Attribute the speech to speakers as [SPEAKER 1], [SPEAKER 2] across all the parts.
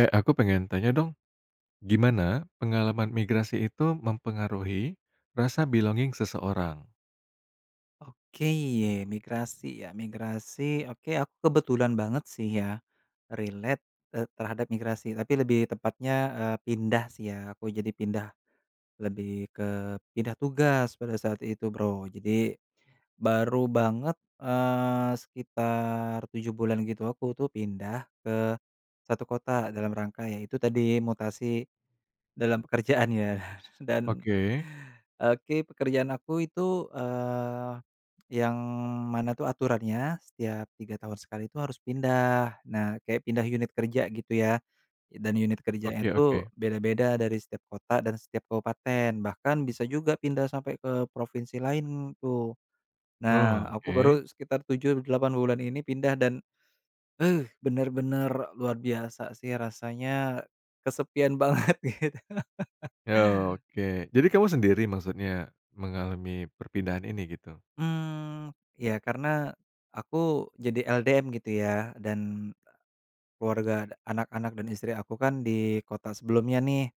[SPEAKER 1] Eh, aku pengen tanya dong, gimana pengalaman migrasi itu mempengaruhi rasa belonging seseorang?
[SPEAKER 2] Oke, ye, migrasi ya, migrasi, oke aku kebetulan banget sih ya, relate, terhadap migrasi, tapi lebih tepatnya, pindah sih ya, aku jadi pindah, lebih ke pindah tugas pada saat itu Bro. Jadi, baru banget, sekitar 7 bulan gitu aku tuh pindah ke satu kota dalam rangka ya itu tadi mutasi dalam pekerjaan ya dan,
[SPEAKER 1] Oke,
[SPEAKER 2] oke, pekerjaan aku itu, yang mana tuh aturannya setiap 3 tahun sekali itu harus pindah. Nah kayak pindah unit kerja gitu ya, dan unit kerjanya
[SPEAKER 1] oke oke.
[SPEAKER 2] tuh beda-beda dari setiap kota dan setiap kabupaten, bahkan bisa juga pindah sampai ke provinsi lain tuh.
[SPEAKER 1] Oh,
[SPEAKER 2] Nah aku
[SPEAKER 1] oke.
[SPEAKER 2] baru sekitar 7 8 bulan ini pindah dan, eh, bener-bener luar biasa sih rasanya kesepian banget gitu.
[SPEAKER 1] Ya, oke. Jadi kamu sendiri maksudnya mengalami perpindahan ini gitu?
[SPEAKER 2] Ya karena aku jadi LDM gitu ya dan keluarga anak-anak dan istri aku kan di kota sebelumnya nih.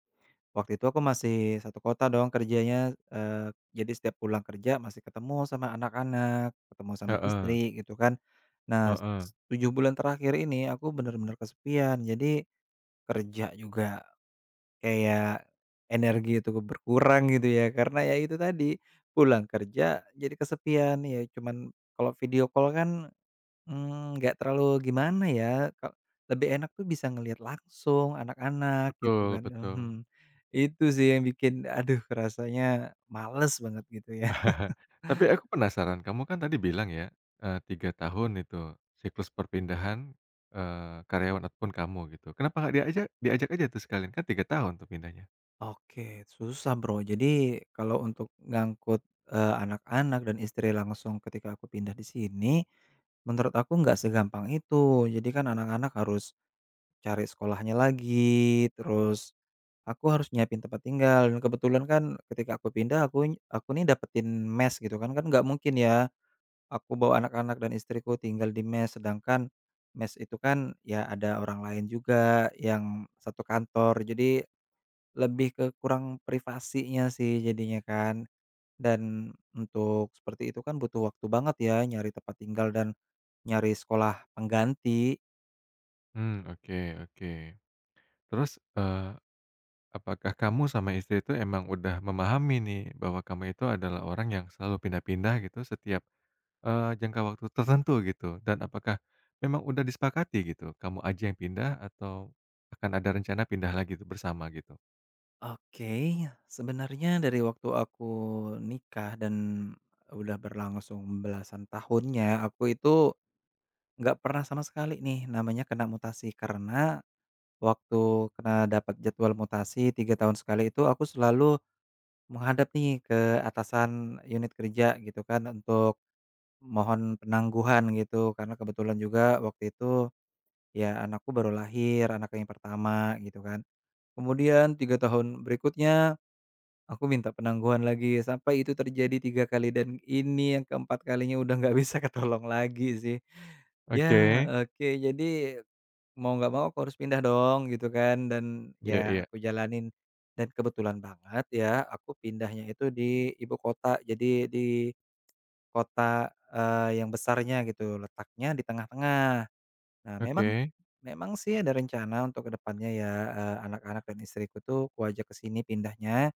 [SPEAKER 2] Waktu itu aku masih satu kota dong kerjanya, jadi setiap pulang kerja masih ketemu sama anak-anak, ketemu sama
[SPEAKER 1] Heeh,
[SPEAKER 2] istri gitu kan. Nah,
[SPEAKER 1] heeh.
[SPEAKER 2] 7 bulan terakhir ini aku bener-bener kesepian jadi kerja juga kayak energi itu berkurang gitu ya, karena ya itu tadi, pulang kerja jadi kesepian, ya cuman kalau video call kan, nggak terlalu gimana ya, ka lebih enak tuh bisa ngelihat langsung anak-anak gitu
[SPEAKER 1] Betul
[SPEAKER 2] kan,
[SPEAKER 1] betul.
[SPEAKER 2] mhm. Itu sih yang bikin aduh rasanya males banget gitu ya.
[SPEAKER 1] Tapi aku penasaran, kamu kan tadi bilang ya, 3 tahun itu siklus perpindahan, karyawan ataupun kamu gitu. Kenapa nggak diajak diajak aja tuh sekalian? Kan 3 tahun tuh pindahnya.
[SPEAKER 2] Oke, susah, Bro. Jadi kalau untuk ngangkut, anak-anak dan istri langsung ketika aku pindah di sini, menurut aku nggak segampang itu. Jadi kan anak-anak harus cari sekolahnya lagi, terus aku harus nyiapin tempat tinggal dan kebetulan kan ketika aku pindah aku nih dapetin mess gitu kan, kan nggak mungkin ya aku bawa anak-anak dan istriku tinggal di mess, sedangkan mess itu kan ya ada orang lain juga yang satu kantor. Jadi lebih ke kurang privasinya sih jadinya kan, dan untuk seperti itu kan butuh waktu banget ya nyari tempat tinggal dan nyari sekolah pengganti.
[SPEAKER 1] Hmm, oke oke. Terus, eee, apakah kamu sama istri itu emang udah memahami nih bahwa kamu itu adalah orang yang selalu pindah-pindah gitu setiap, jangka waktu tertentu gitu? Dan apakah memang udah disepakati gitu, kamu aja yang pindah atau akan ada rencana pindah lagi tuh bersama gitu?
[SPEAKER 2] Oke, sebenarnya dari waktu aku nikah dan udah berlangsung belasan tahunnya, aku itu nggak pernah sama sekali nih namanya kena mutasi. Karena waktu kena dapat jadwal mutasi 3 tahun sekali itu aku selalu menghadap nih ke atasan unit kerja gitu kan untuk mohon penangguhan gitu, karena kebetulan juga waktu itu, ya anakku baru lahir, anak yang pertama gitu kan. Kemudian 3 tahun berikutnya, aku minta penangguhan lagi, sampai itu terjadi 3 kali dan ini yang keempat kalinya udah nggak bisa ketolong lagi sih. Ya,
[SPEAKER 1] Oke,
[SPEAKER 2] oke, jadi mau nggak mau aku harus pindah dong gitu kan dan
[SPEAKER 1] iya iya,
[SPEAKER 2] ya aku jalanin. Dan kebetulan banget ya aku pindahnya itu di ibu kota, jadi di kota, yang besarnya gitu, letaknya di tengah-tengah. Nah, memang
[SPEAKER 1] oke.
[SPEAKER 2] memang sih ada rencana untuk ke depannya ya, anak-anak dan istriku tuh kuajak ke sini pindahnya.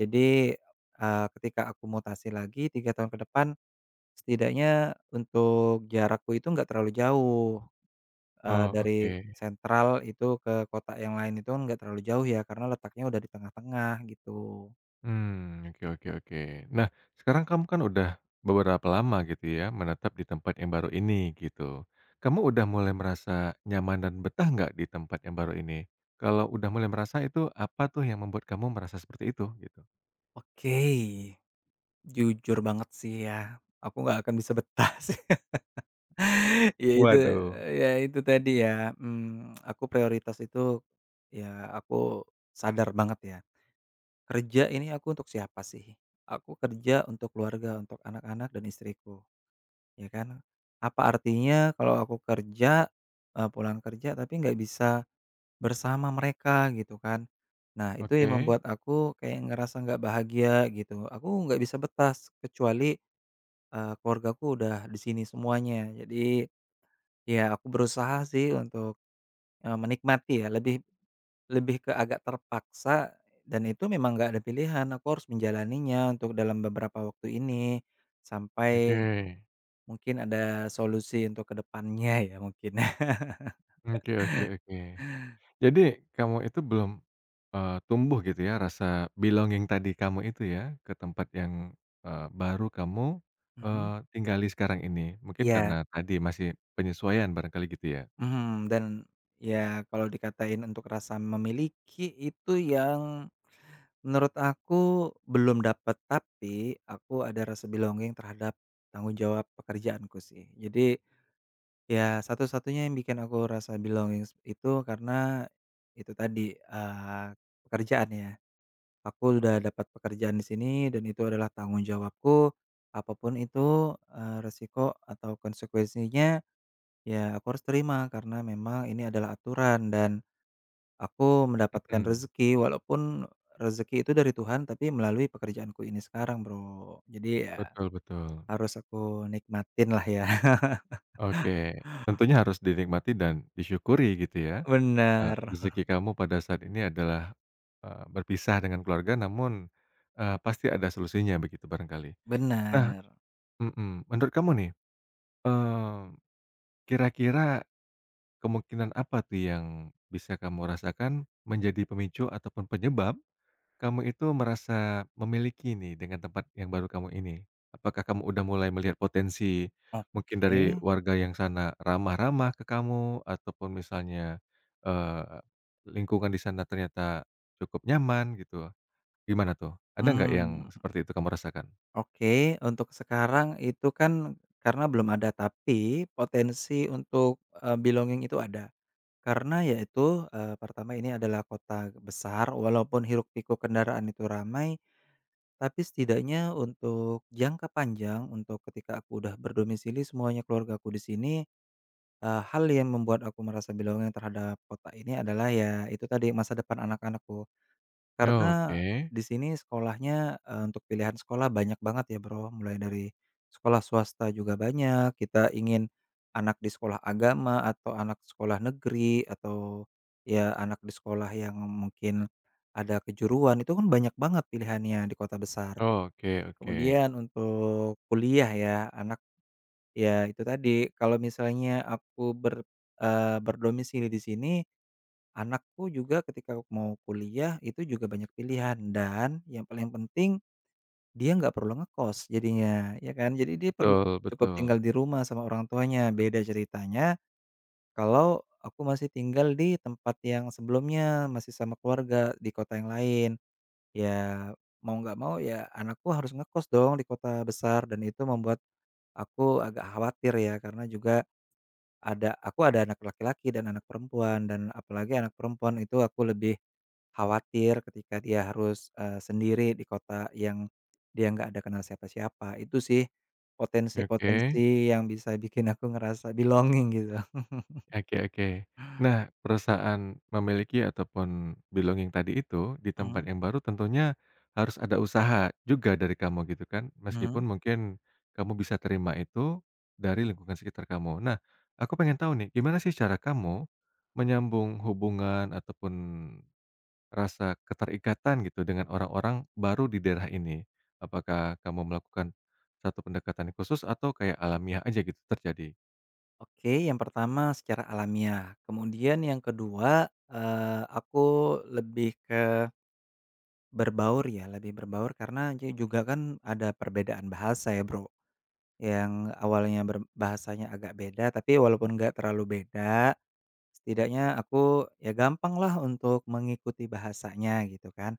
[SPEAKER 2] Jadi, ketika aku mutasi lagi 3 tahun ke depan, setidaknya untuk jarakku itu nggak terlalu jauh,
[SPEAKER 1] Oh,
[SPEAKER 2] dari
[SPEAKER 1] oke.
[SPEAKER 2] sentral itu ke kota yang lain itu nggak terlalu jauh ya, karena letaknya udah di tengah-tengah gitu.
[SPEAKER 1] Hmm, oke oke oke. Nah, sekarang kamu kan udah beberapa lama gitu ya, menetap di tempat yang baru ini, gitu. Kamu udah mulai merasa nyaman dan betah nggak di tempat yang baru ini? Kalau udah mulai merasa itu, apa tuh yang membuat kamu merasa seperti itu, gitu?
[SPEAKER 2] Oke, jujur banget sih ya, aku nggak akan bisa betah sih. Ya itu
[SPEAKER 1] Waduh,
[SPEAKER 2] ya itu tadi ya, aku prioritas itu ya aku sadar banget ya, kerja ini aku untuk siapa sih? Aku kerja untuk keluarga, untuk anak-anak dan istriku, ya kan. Apa artinya kalau aku kerja, pulang kerja tapi nggak bisa bersama mereka gitu kan. Nah itu yang
[SPEAKER 1] oke
[SPEAKER 2] membuat aku kayak ngerasa nggak bahagia gitu, aku nggak bisa betah kecuali, keluargaku udah di sini semuanya. Jadi ya aku berusaha sih untuk menikmati ya, lebih lebih ke agak terpaksa dan itu memang nggak ada pilihan, aku harus menjalaninya untuk dalam beberapa waktu ini, sampai
[SPEAKER 1] oke.
[SPEAKER 2] mungkin ada solusi untuk ke depannya ya mungkin. Mhm.
[SPEAKER 1] Oke oke oke. Jadi kamu itu belum tumbuh gitu ya rasa belonging tadi kamu itu ya, ke tempat yang, baru kamu, eee, tinggali sekarang ini. Mungkin
[SPEAKER 2] Iya,
[SPEAKER 1] karena tadi masih penyesuaian barangkali gitu ya?
[SPEAKER 2] mhm, dan ya kalau dikatain untuk rasa memiliki itu yang menurut aku belum dapat, tapi aku ada rasa belonging terhadap tanggung jawab pekerjaanku sih. Jadi ya, satu-satunya yang bikin aku rasa belonging itu karena itu tadi, pekerjaan ya. Aku udah dapat pekerjaan di sini dan itu adalah tanggung jawabku, apapun itu, resiko atau konsekuensinya ya aku harus terima karena memang ini adalah aturan dan aku mendapatkan
[SPEAKER 1] Mhm,
[SPEAKER 2] rezeki walaupun rezeki itu dari Tuhan tapi melalui pekerjaanku ini sekarang, Bro. Jadi ya
[SPEAKER 1] betul betul.
[SPEAKER 2] harus aku nikmatin lah ya.
[SPEAKER 1] Oke, tentunya harus dinikmati dan disyukuri gitu ya,
[SPEAKER 2] Bener
[SPEAKER 1] rezeki kamu pada saat ini adalah, berpisah dengan keluarga namun, pasti ada solusinya begitu barangkali. Nah
[SPEAKER 2] bener.
[SPEAKER 1] mhm, menurut kamu nih, eee, kira-kira kemungkinan apa tuh yang bisa kamu rasakan menjadi pemicu ataupun penyebab kamu itu merasa memiliki nih dengan tempat yang baru kamu ini? Apakah kamu udah mulai melihat potensi mungkin dari
[SPEAKER 2] Oke.
[SPEAKER 1] warga yang sana ramah-ramah ke kamu ataupun misalnya, eee, lingkungan di sana ternyata cukup nyaman gitu? Gimana tuh? Ada nggak yang
[SPEAKER 2] Mmm,
[SPEAKER 1] seperti itu kamu rasakan?
[SPEAKER 2] oke, untuk sekarang itu kan karena belum ada, tapi potensi untuk, belonging itu ada. Karena ya itu, pertama ini adalah kota besar, walaupun hiruk-pikuk kendaraan itu ramai, tapi setidaknya untuk jangka panjang, untuk ketika aku udah berdomisili semuanya keluargaku di sini, hal yang membuat aku merasa belonging terhadap kota ini adalah ya itu tadi, masa depan anak-anakku. Karena
[SPEAKER 1] Oke.
[SPEAKER 2] di sini sekolahnya, untuk pilihan sekolah banyak banget ya, Bro, mulai dari sekolah swasta juga banyak, kita ingin anak di sekolah agama atau anak sekolah negeri atau ya anak di sekolah yang mungkin ada kejuruan, itu kan banyak banget pilihannya di kota besar.
[SPEAKER 1] Oke oke.
[SPEAKER 2] Kemudian untuk kuliah ya, anak ya itu tadi, kalau misalnya aku berdomisili di sini. Anakku juga ketika mau kuliah itu juga banyak pilihan dan yang paling penting dia nggak perlu ngekos jadinya, ya kan. Jadi dia perlu
[SPEAKER 1] Betul
[SPEAKER 2] cukup
[SPEAKER 1] betul.
[SPEAKER 2] tinggal di rumah sama orang tuanya. Beda ceritanya kalau aku masih tinggal di tempat yang sebelumnya, masih sama keluarga di kota yang lain. Ya mau nggak mau ya anakku harus ngekos dong di kota besar dan itu membuat aku agak khawatir ya karena juga aku ada anak laki-laki dan anak perempuan dan apalagi anak perempuan itu aku lebih khawatir ketika dia harus, sendiri di kota yang dia nggak ada kenal siapa-siapa. Itu sih
[SPEAKER 1] Oke.
[SPEAKER 2] potensi-potensi yang bisa bikin aku ngerasa belonging gitu.
[SPEAKER 1] Oke oke. Nah, perusahaan memiliki ataupun belonging tadi itu, di tempat
[SPEAKER 2] Mmm,
[SPEAKER 1] yang baru tentunya harus ada usaha juga dari kamu gitu kan, meskipun
[SPEAKER 2] mhm.
[SPEAKER 1] mungkin kamu bisa terima itu dari lingkungan sekitar kamu. Nah, aku pengen tahu nih, gimana sih cara kamu menyambung hubungan ataupun rasa keterikatan gitu dengan orang-orang baru di daerah ini? Apakah kamu melakukan satu pendekatan khusus atau kayak alamiah aja gitu terjadi?
[SPEAKER 2] Oke, yang pertama secara alamiah, kemudian yang kedua, aku lebih ke berbaur ya, lebih berbaur karena juga kan ada perbedaan bahasa ya, Bro. Yang awalnya bahasanya agak beda, tapi walaupun nggak terlalu beda, setidaknya aku ya gampang lah untuk mengikuti bahasanya gitu kan.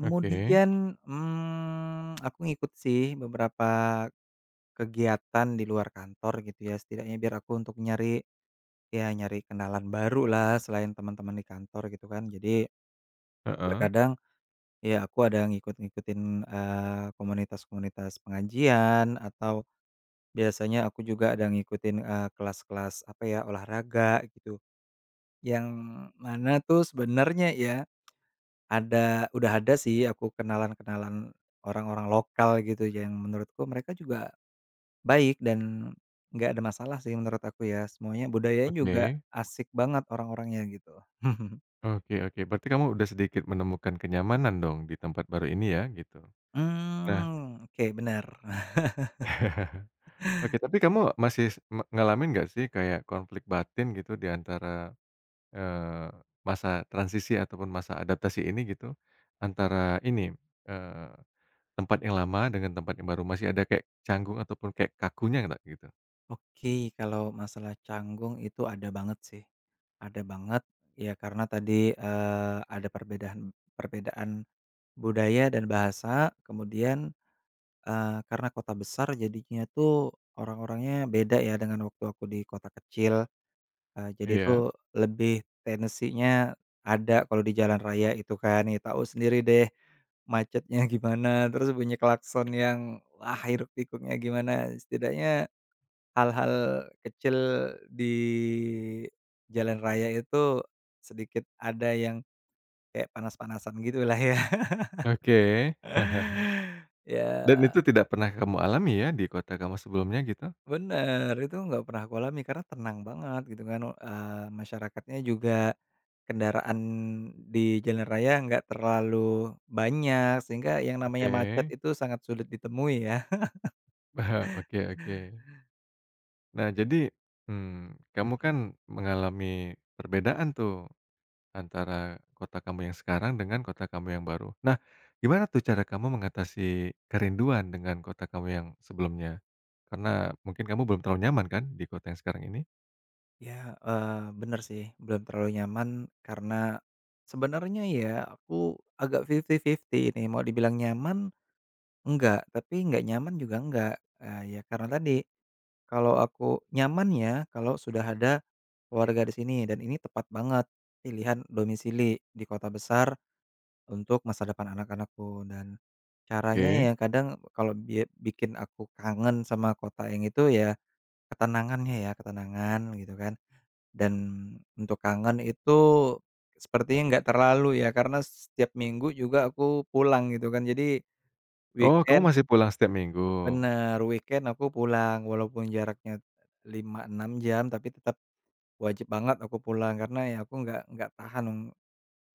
[SPEAKER 1] Oke,
[SPEAKER 2] aku ngikut sih beberapa kegiatan di luar kantor gitu ya, setidaknya biar aku untuk nyari, ya nyari kenalan baru lah selain teman-teman di kantor gitu kan. Jadi
[SPEAKER 1] heeh,
[SPEAKER 2] terkadang ya aku ada ngikut-ngikutin, komunitas-komunitas pengajian atau biasanya aku juga ada ngikutin, kelas-kelas apa ya, olahraga gitu, yang mana tuh sebenarnya ya, udah ada sih aku kenalan-kenalan orang-orang lokal gitu yang menurutku mereka juga baik dan nggak ada masalah sih menurut aku ya, semuanya budayanya juga
[SPEAKER 1] oke.
[SPEAKER 2] asik banget orang-orangnya gitu.
[SPEAKER 1] Oke oke, berarti kamu udah sedikit menemukan kenyamanan dong di tempat baru ini ya, gitu. Nah,
[SPEAKER 2] Hmm, oke benar.
[SPEAKER 1] oke tapi kamu masih s me ngalamin nggak sih kayak konflik batin gitu di antara, eee, masa transisi ataupun masa adaptasi ini gitu, antara ini, eee, tempat yang lama dengan tempat yang baru, masih ada kayak canggung ataupun kayak kakunya nggak gitu?
[SPEAKER 2] Oke, kalau masalah canggung itu ada banget sih, ada banget ya karena tadi, ada perbedaan perbedaan budaya dan bahasa kemudian, karena kota besar jadinya tuh orang-orangnya beda ya dengan waktu aku di kota kecil, jadi itu
[SPEAKER 1] Iya,
[SPEAKER 2] lebih tensinya ada kalau di jalan raya itu kan ya tahu sendiri deh macetnya gimana terus bunyi klakson yang wah hiruk pikuknya gimana setidaknya hal-hal kecil di jalan raya itu sedikit ada yang kayak panas-panasan gitulah ya.
[SPEAKER 1] oke.
[SPEAKER 2] Ya
[SPEAKER 1] Dan itu tidak pernah kamu alami ya di kota kamu sebelumnya gitu?
[SPEAKER 2] bener, itu nggak pernah aku alami karena tenang banget gitu kan, masyarakatnya juga kendaraan di jalan raya nggak terlalu banyak, sehingga yang namanya macet
[SPEAKER 1] Oke,
[SPEAKER 2] itu sangat sulit ditemui ya.
[SPEAKER 1] oke oke. Nah jadi, kamu kan mengalami perbedaan tuh antara kota kamu yang sekarang dengan kota kamu yang baru. Nah, gimana tuh cara kamu mengatasi kerinduan dengan kota kamu yang sebelumnya? Karena mungkin kamu belum terlalu nyaman kan di kota yang sekarang ini?
[SPEAKER 2] Ya, bener sih, belum terlalu nyaman karena sebenarnya ya aku agak 50-50 nih, mau dibilang nyaman enggak, tapi enggak nyaman juga enggak. Ya karena tadi, kalau aku nyaman ya kalau sudah ada keluarga di sini dan ini tepat banget pilihan domisili di kota besar untuk masa depan anak-anakku dan caranya
[SPEAKER 1] Oke.
[SPEAKER 2] ya kadang kalau bikin aku kangen sama kota yang itu ya ketenangannya ya, ketenangan gitu kan. Dan untuk kangen itu sepertinya nggak terlalu ya, karena setiap minggu juga aku pulang gitu kan. Jadi
[SPEAKER 1] Oh kamu
[SPEAKER 2] weekend
[SPEAKER 1] masih pulang setiap minggu?
[SPEAKER 2] bener, weekend aku pulang walaupun jaraknya 5 6 jam, tapi tetap wajib banget aku pulang karena ya aku nggak tahan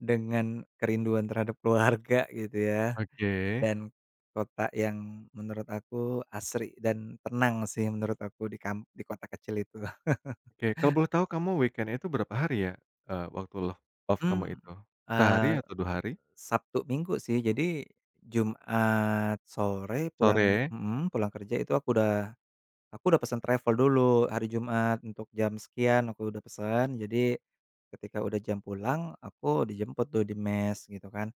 [SPEAKER 2] dengan kerinduan terhadap keluarga gitu ya,
[SPEAKER 1] Oke
[SPEAKER 2] dan kota yang menurut aku asri dan tenang sih menurut aku di kota kecil itu.
[SPEAKER 1] oke. Kalau boleh tahu kamu weekend itu berapa hari ya, waktu lo off kamu
[SPEAKER 2] Mmm,
[SPEAKER 1] itu? Sehari atau 2 hari?
[SPEAKER 2] Sabtu Minggu sih, jadi Jumat sore pulang
[SPEAKER 1] Sore?
[SPEAKER 2] mhm, pulang kerja itu aku udah pesan travel dulu hari Jumat untuk jam sekian aku udah pesan, jadi ketika udah jam pulang aku dijemput tuh di mes gitu kan,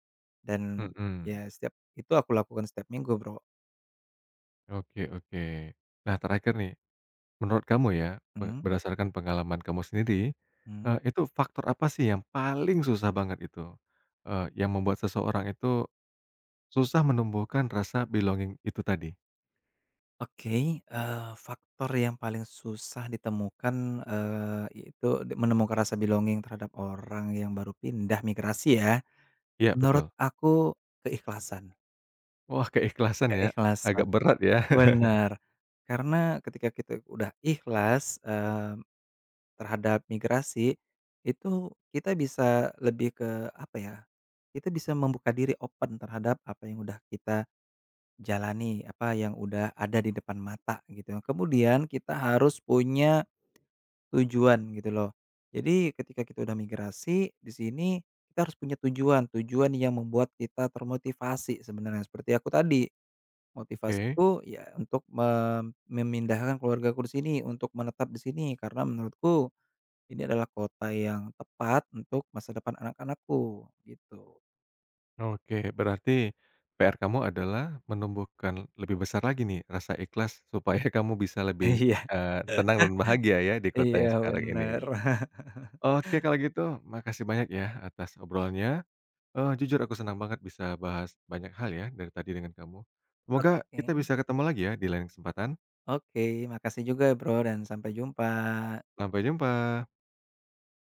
[SPEAKER 2] dan
[SPEAKER 1] Mhm.
[SPEAKER 2] ya setiap itu aku lakukan setiap minggu, Bro.
[SPEAKER 1] Oke oke. Nah terakhir nih, menurut kamu ya,
[SPEAKER 2] Mhm,
[SPEAKER 1] berdasarkan pengalaman kamu sendiri,
[SPEAKER 2] mhm.
[SPEAKER 1] itu faktor apa sih yang paling susah banget itu, yang membuat seseorang itu susah menumbuhkan rasa belonging itu tadi?
[SPEAKER 2] Oke, faktor yang paling susah ditemukan, yaitu menemukan rasa belonging terhadap orang yang baru pindah migrasi ya?
[SPEAKER 1] Iya
[SPEAKER 2] Menurut
[SPEAKER 1] betul.
[SPEAKER 2] aku keikhlasan.
[SPEAKER 1] Wah keikhlasan ya,
[SPEAKER 2] Keikhlasan,
[SPEAKER 1] agak berat ya.
[SPEAKER 2] benar. Karena ketika kita udah ikhlas, terhadap migrasi, itu kita bisa lebih ke apa ya, kita bisa membuka diri open terhadap apa yang udah kita jalani, apa yang udah ada di depan mata gitu. Kemudian kita harus punya tujuan gitu loh. Jadi ketika kita udah migrasi di sini, kita harus punya tujuan, tujuan yang membuat kita termotivasi sebenarnya seperti aku tadi.
[SPEAKER 1] Oke,
[SPEAKER 2] Motivasiku ya untuk memindahkan keluargaku di sini, untuk menetap di sini, karena menurutku ini adalah kota yang tepat untuk masa depan anak-anakku, gitu.
[SPEAKER 1] oke berarti PR kamu adalah menumbuhkan lebih besar lagi nih rasa ikhlas supaya kamu bisa lebih,
[SPEAKER 2] Iya
[SPEAKER 1] tenang dan bahagia ya di kota
[SPEAKER 2] iya
[SPEAKER 1] yang sekarang ini.
[SPEAKER 2] bener.
[SPEAKER 1] Oke kalau gitu makasih banyak ya atas obrolannya. Jujur aku senang banget bisa bahas banyak hal ya dari tadi dengan kamu. Semoga kita
[SPEAKER 2] Oke
[SPEAKER 1] bisa ketemu lagi ya di lain kesempatan.
[SPEAKER 2] oke, makasih juga Bro, dan sampai jumpa.
[SPEAKER 1] Sampai jumpa.